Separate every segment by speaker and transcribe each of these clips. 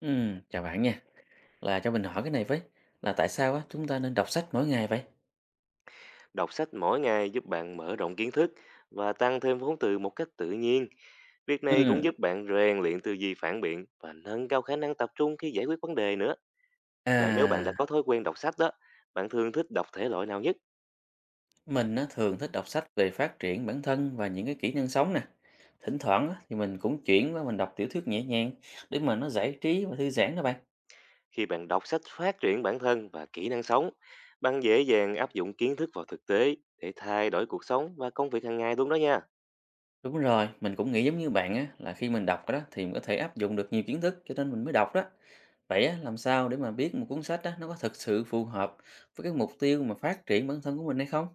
Speaker 1: Ừ, chào bạn nha. Là cho mình hỏi cái này với, là tại sao á chúng ta nên đọc sách mỗi ngày vậy?
Speaker 2: Đọc sách mỗi ngày giúp bạn mở rộng kiến thức và tăng thêm vốn từ một cách tự nhiên. Việc này
Speaker 1: ừ
Speaker 2: cũng giúp bạn rèn luyện tư duy phản biện và nâng cao khả năng tập trung khi giải quyết vấn đề nữa. Và nếu bạn
Speaker 1: à,
Speaker 2: đã có thói quen đọc sách đó, bạn thường thích đọc thể loại nào nhất?
Speaker 1: mình á thường thích đọc sách về phát triển bản thân và những cái kỹ năng sống nè. Thỉnh thoảng á, thì mình cũng chuyển qua đọc tiểu thuyết nhẹ nhàng để mà nó giải trí và thư giãn đó bạn.
Speaker 2: Khi bạn đọc sách phát triển bản thân và kỹ năng sống, bạn dễ dàng áp dụng kiến thức vào thực tế để thay đổi cuộc sống và công việc hàng ngày luôn đó nha.
Speaker 1: Đúng rồi, mình cũng nghĩ giống như bạn á, là khi mình đọc đó thì mình có thể áp dụng được nhiều kiến thức, cho nên mình mới đọc đó. Vậy á, làm sao để mà biết một cuốn sách á, nó có thực sự phù hợp với cái mục tiêu mà phát triển bản thân của mình hay không?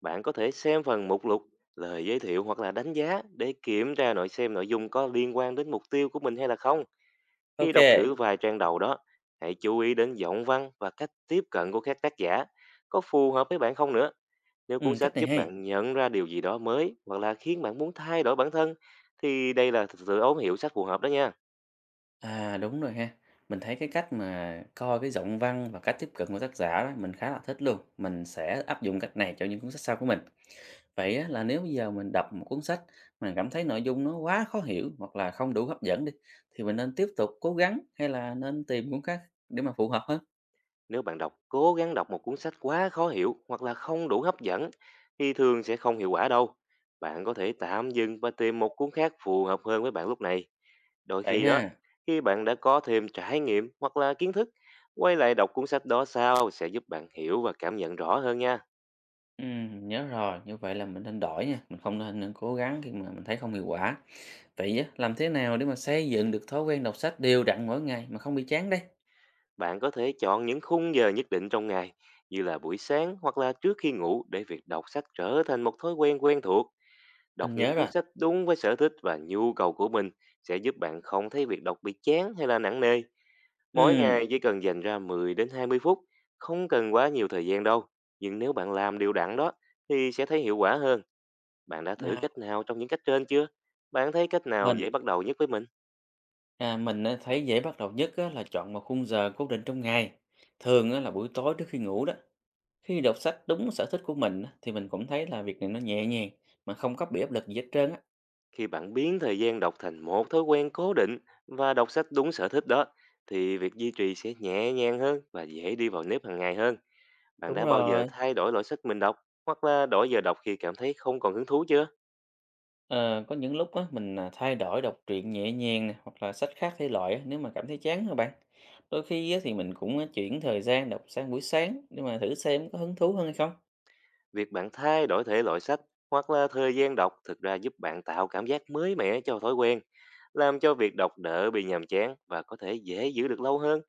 Speaker 2: Bạn có thể xem phần mục lục, lời giới thiệu hoặc là đánh giá để kiểm tra nội xem nội dung có liên quan đến mục tiêu của mình hay là không. Khi
Speaker 1: Ok.
Speaker 2: đọc thử vài trang đầu đó, hãy chú ý đến giọng văn và cách tiếp cận của các tác giả. Có phù hợp với bạn không nữa? Nếu
Speaker 1: Ừ,
Speaker 2: cuốn
Speaker 1: cách
Speaker 2: sách
Speaker 1: này
Speaker 2: giúp
Speaker 1: hay.
Speaker 2: bạn nhận ra điều gì đó mới hoặc là khiến bạn muốn thay đổi bản thân thì đây là sự ấu hiểu sách phù hợp đó nha.
Speaker 1: À, đúng rồi ha. Mình thấy cái cách mà coi cái giọng văn và cách tiếp cận của tác giả đó, mình khá là thích luôn. Mình sẽ áp dụng cách này cho những cuốn sách sau của mình. Vậy á, là nếu bây giờ mình đọc một cuốn sách mà cảm thấy nội dung nó quá khó hiểu hoặc là không đủ hấp dẫn đi, thì mình nên tiếp tục cố gắng hay là nên tìm cuốn khác để mà phù hợp hơn.
Speaker 2: Nếu bạn đọc cố gắng đọc một cuốn sách quá khó hiểu hoặc là không đủ hấp dẫn thì thường sẽ không hiệu quả đâu. Bạn có thể tạm dừng và tìm một cuốn khác phù hợp hơn với bạn lúc này. Đôi
Speaker 1: Vậy
Speaker 2: khi đó,
Speaker 1: ha.
Speaker 2: khi bạn đã có thêm trải nghiệm hoặc là kiến thức, quay lại đọc cuốn sách đó sau sẽ giúp bạn hiểu và cảm nhận rõ hơn nha.
Speaker 1: Ừ, nhớ rồi. Như vậy là mình nên đổi nha. Mình không nên cố gắng khi mà mình thấy không hiệu quả. Vậy á, làm thế nào để mà xây dựng được thói quen đọc sách đều đặn mỗi ngày mà không bị chán đây?
Speaker 2: Bạn có thể chọn những khung giờ nhất định trong ngày, như là buổi sáng hoặc là trước khi ngủ để việc đọc sách trở thành một thói quen quen thuộc. Đọc
Speaker 1: Mình
Speaker 2: những
Speaker 1: nhớ
Speaker 2: cuốn
Speaker 1: rồi.
Speaker 2: sách đúng với sở thích và nhu cầu của mình sẽ giúp bạn không thấy việc đọc bị chán hay là nặng nề. Mỗi
Speaker 1: Ừ.
Speaker 2: ngày chỉ cần dành ra 10 đến 20 phút, không cần quá nhiều thời gian đâu. Nhưng nếu bạn làm điều đặn đó thì sẽ thấy hiệu quả hơn. Bạn đã thử
Speaker 1: À,
Speaker 2: cách nào trong những cách trên chưa? Bạn thấy cách nào
Speaker 1: mình
Speaker 2: dễ bắt đầu nhất với mình?
Speaker 1: mình thấy dễ bắt đầu nhất á, là chọn một khung giờ cố định trong ngày, thường á, là buổi tối trước khi ngủ đó. Khi đọc sách đúng sở thích của mình á, thì mình cũng thấy là việc này nó nhẹ nhàng mà không có bị áp lực gì hết trơn á.
Speaker 2: Khi bạn biến thời gian đọc thành một thói quen cố định và đọc sách đúng sở thích đó thì việc duy trì sẽ nhẹ nhàng hơn và dễ đi vào nếp hàng ngày hơn. Bạn
Speaker 1: Đúng
Speaker 2: đã bao giờ
Speaker 1: rồi.
Speaker 2: thay đổi loại sách mình đọc hoặc là đổi giờ đọc khi cảm thấy không còn hứng thú chưa?
Speaker 1: Ờ, có những lúc á, mình thay đổi đọc truyện nhẹ nhàng nè, hoặc là sách khác thể loại á, nếu mà cảm thấy chán rồi bạn. Đôi khi á, thì mình cũng chuyển thời gian đọc sang buổi sáng để mà thử xem có hứng thú hơn hay không.
Speaker 2: Việc bạn thay đổi thể loại sách hoặc là thời gian đọc thực ra giúp bạn tạo cảm giác mới mẻ cho thói quen, làm cho việc đọc đỡ bị nhàm chán và có thể dễ giữ được lâu hơn.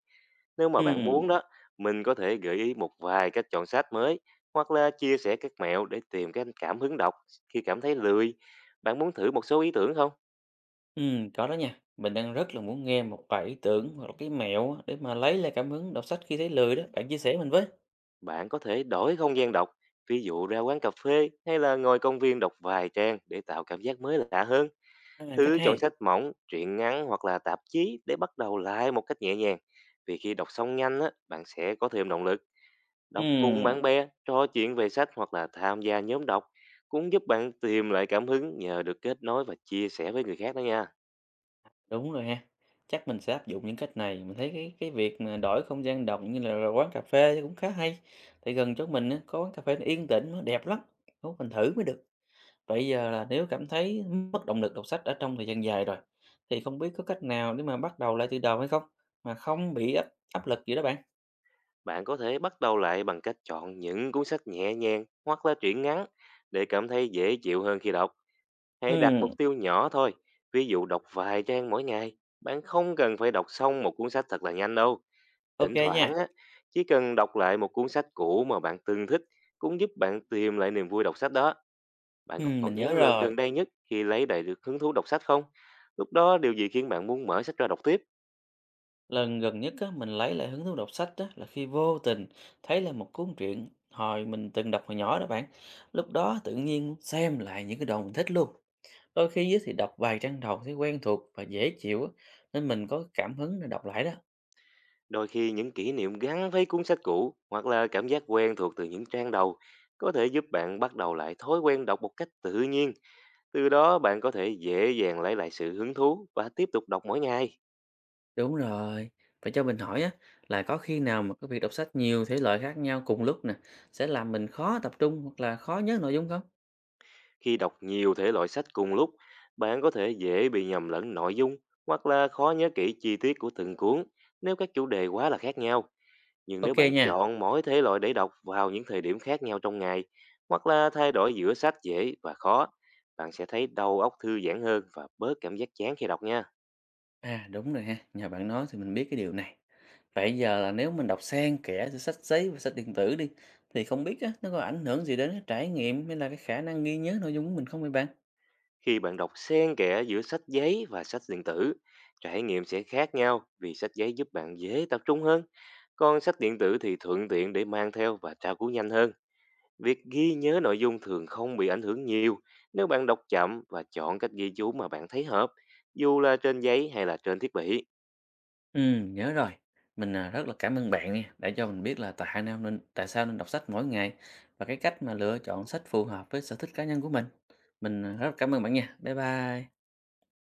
Speaker 2: Nếu mà bạn
Speaker 1: Ừ.
Speaker 2: muốn đó, mình có thể gợi ý một vài cách chọn sách mới hoặc là chia sẻ các mẹo để tìm cái cảm hứng đọc khi cảm thấy lười. Bạn muốn thử một số ý tưởng không?
Speaker 1: Có đó nha. Mình đang rất là muốn nghe một vài ý tưởng hoặc là cái mẹo á, để mà lấy lại cảm hứng đọc sách khi thấy lười đó. Bạn chia sẻ mình với.
Speaker 2: Bạn có thể đổi không gian đọc, ví dụ ra quán cà phê hay là ngồi công viên đọc vài trang để tạo cảm giác mới lạ hơn.
Speaker 1: À, cách
Speaker 2: Thứ chọn
Speaker 1: hay.
Speaker 2: sách mỏng, truyện ngắn hoặc là tạp chí để bắt đầu lại một cách nhẹ nhàng. Vì khi đọc xong nhanh, á, bạn sẽ có thêm động lực. Đọc cùng
Speaker 1: Ừm,
Speaker 2: bạn bè, trò chuyện về sách hoặc là tham gia nhóm đọc cũng giúp bạn tìm lại cảm hứng nhờ được kết nối và chia sẻ với người khác đó nha.
Speaker 1: đúng rồi ha. Chắc mình sẽ áp dụng những cách này. Mình thấy cái việc mà đổi không gian đọc như là quán cà phê thì cũng khá hay. Tại gần chỗ mình á, có quán cà phê nó yên tĩnh, nó đẹp lắm. Muốn mình thử mới được. Bây giờ là nếu cảm thấy mất động lực đọc sách ở trong thời gian dài rồi, thì không biết có cách nào để mà bắt đầu lại từ đầu hay không, mà không bị áp áp lực gì đó bạn.
Speaker 2: Bạn có thể bắt đầu lại bằng cách chọn những cuốn sách nhẹ nhàng hoặc là truyện ngắn để cảm thấy dễ chịu hơn khi đọc. Hãy đặt mục
Speaker 1: Ừm,
Speaker 2: tiêu nhỏ thôi, ví dụ đọc vài trang mỗi ngày. Bạn không cần phải đọc xong một cuốn sách thật là nhanh đâu.
Speaker 1: ok
Speaker 2: Thỉnh
Speaker 1: nha.
Speaker 2: thoảng á, chỉ cần đọc lại một cuốn sách cũ mà bạn từng thích cũng giúp bạn tìm lại niềm vui đọc sách đó. Bạn còn
Speaker 1: Mình
Speaker 2: nhớ
Speaker 1: nhớ
Speaker 2: lần
Speaker 1: rồi.
Speaker 2: gần đây nhất khi lấy lại được hứng thú đọc sách không? Lúc đó điều gì khiến bạn muốn mở sách ra đọc tiếp?
Speaker 1: Lần gần nhất á, mình lấy lại hứng thú đọc sách đó là khi vô tình thấy là một cuốn truyện hồi mình từng đọc hồi nhỏ đó bạn. Lúc đó tự nhiên xem lại những cái đoạn mình thích luôn. Đôi khi á, thì đọc vài trang đầu thấy quen thuộc và dễ chịu á, nên mình có cảm hứng để đọc lại đó.
Speaker 2: Đôi khi những kỷ niệm gắn với cuốn sách cũ hoặc là cảm giác quen thuộc từ những trang đầu có thể giúp bạn bắt đầu lại thói quen đọc một cách tự nhiên. Từ đó bạn có thể dễ dàng lấy lại sự hứng thú và tiếp tục đọc mỗi ngày.
Speaker 1: Đúng rồi, vậy cho mình hỏi á, là có khi nào mà cái việc đọc sách nhiều thể loại khác nhau cùng lúc nè, sẽ làm mình khó tập trung hoặc là khó nhớ nội dung không?
Speaker 2: Khi đọc nhiều thể loại sách cùng lúc, bạn có thể dễ bị nhầm lẫn nội dung hoặc là khó nhớ kỹ chi tiết của từng cuốn nếu các chủ đề quá là khác nhau. Nhưng nếu
Speaker 1: Ok
Speaker 2: bạn
Speaker 1: nha.
Speaker 2: chọn mỗi thể loại để đọc vào những thời điểm khác nhau trong ngày hoặc là thay đổi giữa sách dễ và khó, bạn sẽ thấy đầu óc thư giãn hơn và bớt cảm giác chán khi đọc nha.
Speaker 1: À, đúng rồi ha, nhờ bạn nói thì mình biết cái điều này. Vậy giờ là nếu mình đọc xen kẽ giữa sách giấy và sách điện tử đi, thì không biết á, nó có ảnh hưởng gì đến cái trải nghiệm hay là cái khả năng ghi nhớ nội dung của mình không vậy bạn?
Speaker 2: Khi bạn đọc xen kẽ giữa sách giấy và sách điện tử, trải nghiệm sẽ khác nhau vì sách giấy giúp bạn dễ tập trung hơn. Còn sách điện tử thì thuận tiện để mang theo và tra cứu nhanh hơn. Việc ghi nhớ nội dung thường không bị ảnh hưởng nhiều nếu bạn đọc chậm và chọn cách ghi chú mà bạn thấy hợp, dù là trên giấy hay là trên thiết bị.
Speaker 1: Ừ, nhớ rồi. Mình rất là cảm ơn bạn nha, đã cho mình biết là tại sao nên đọc sách mỗi ngày và cái cách mà lựa chọn sách phù hợp với sở thích cá nhân của mình. Mình rất là cảm ơn bạn nha. Bye bye.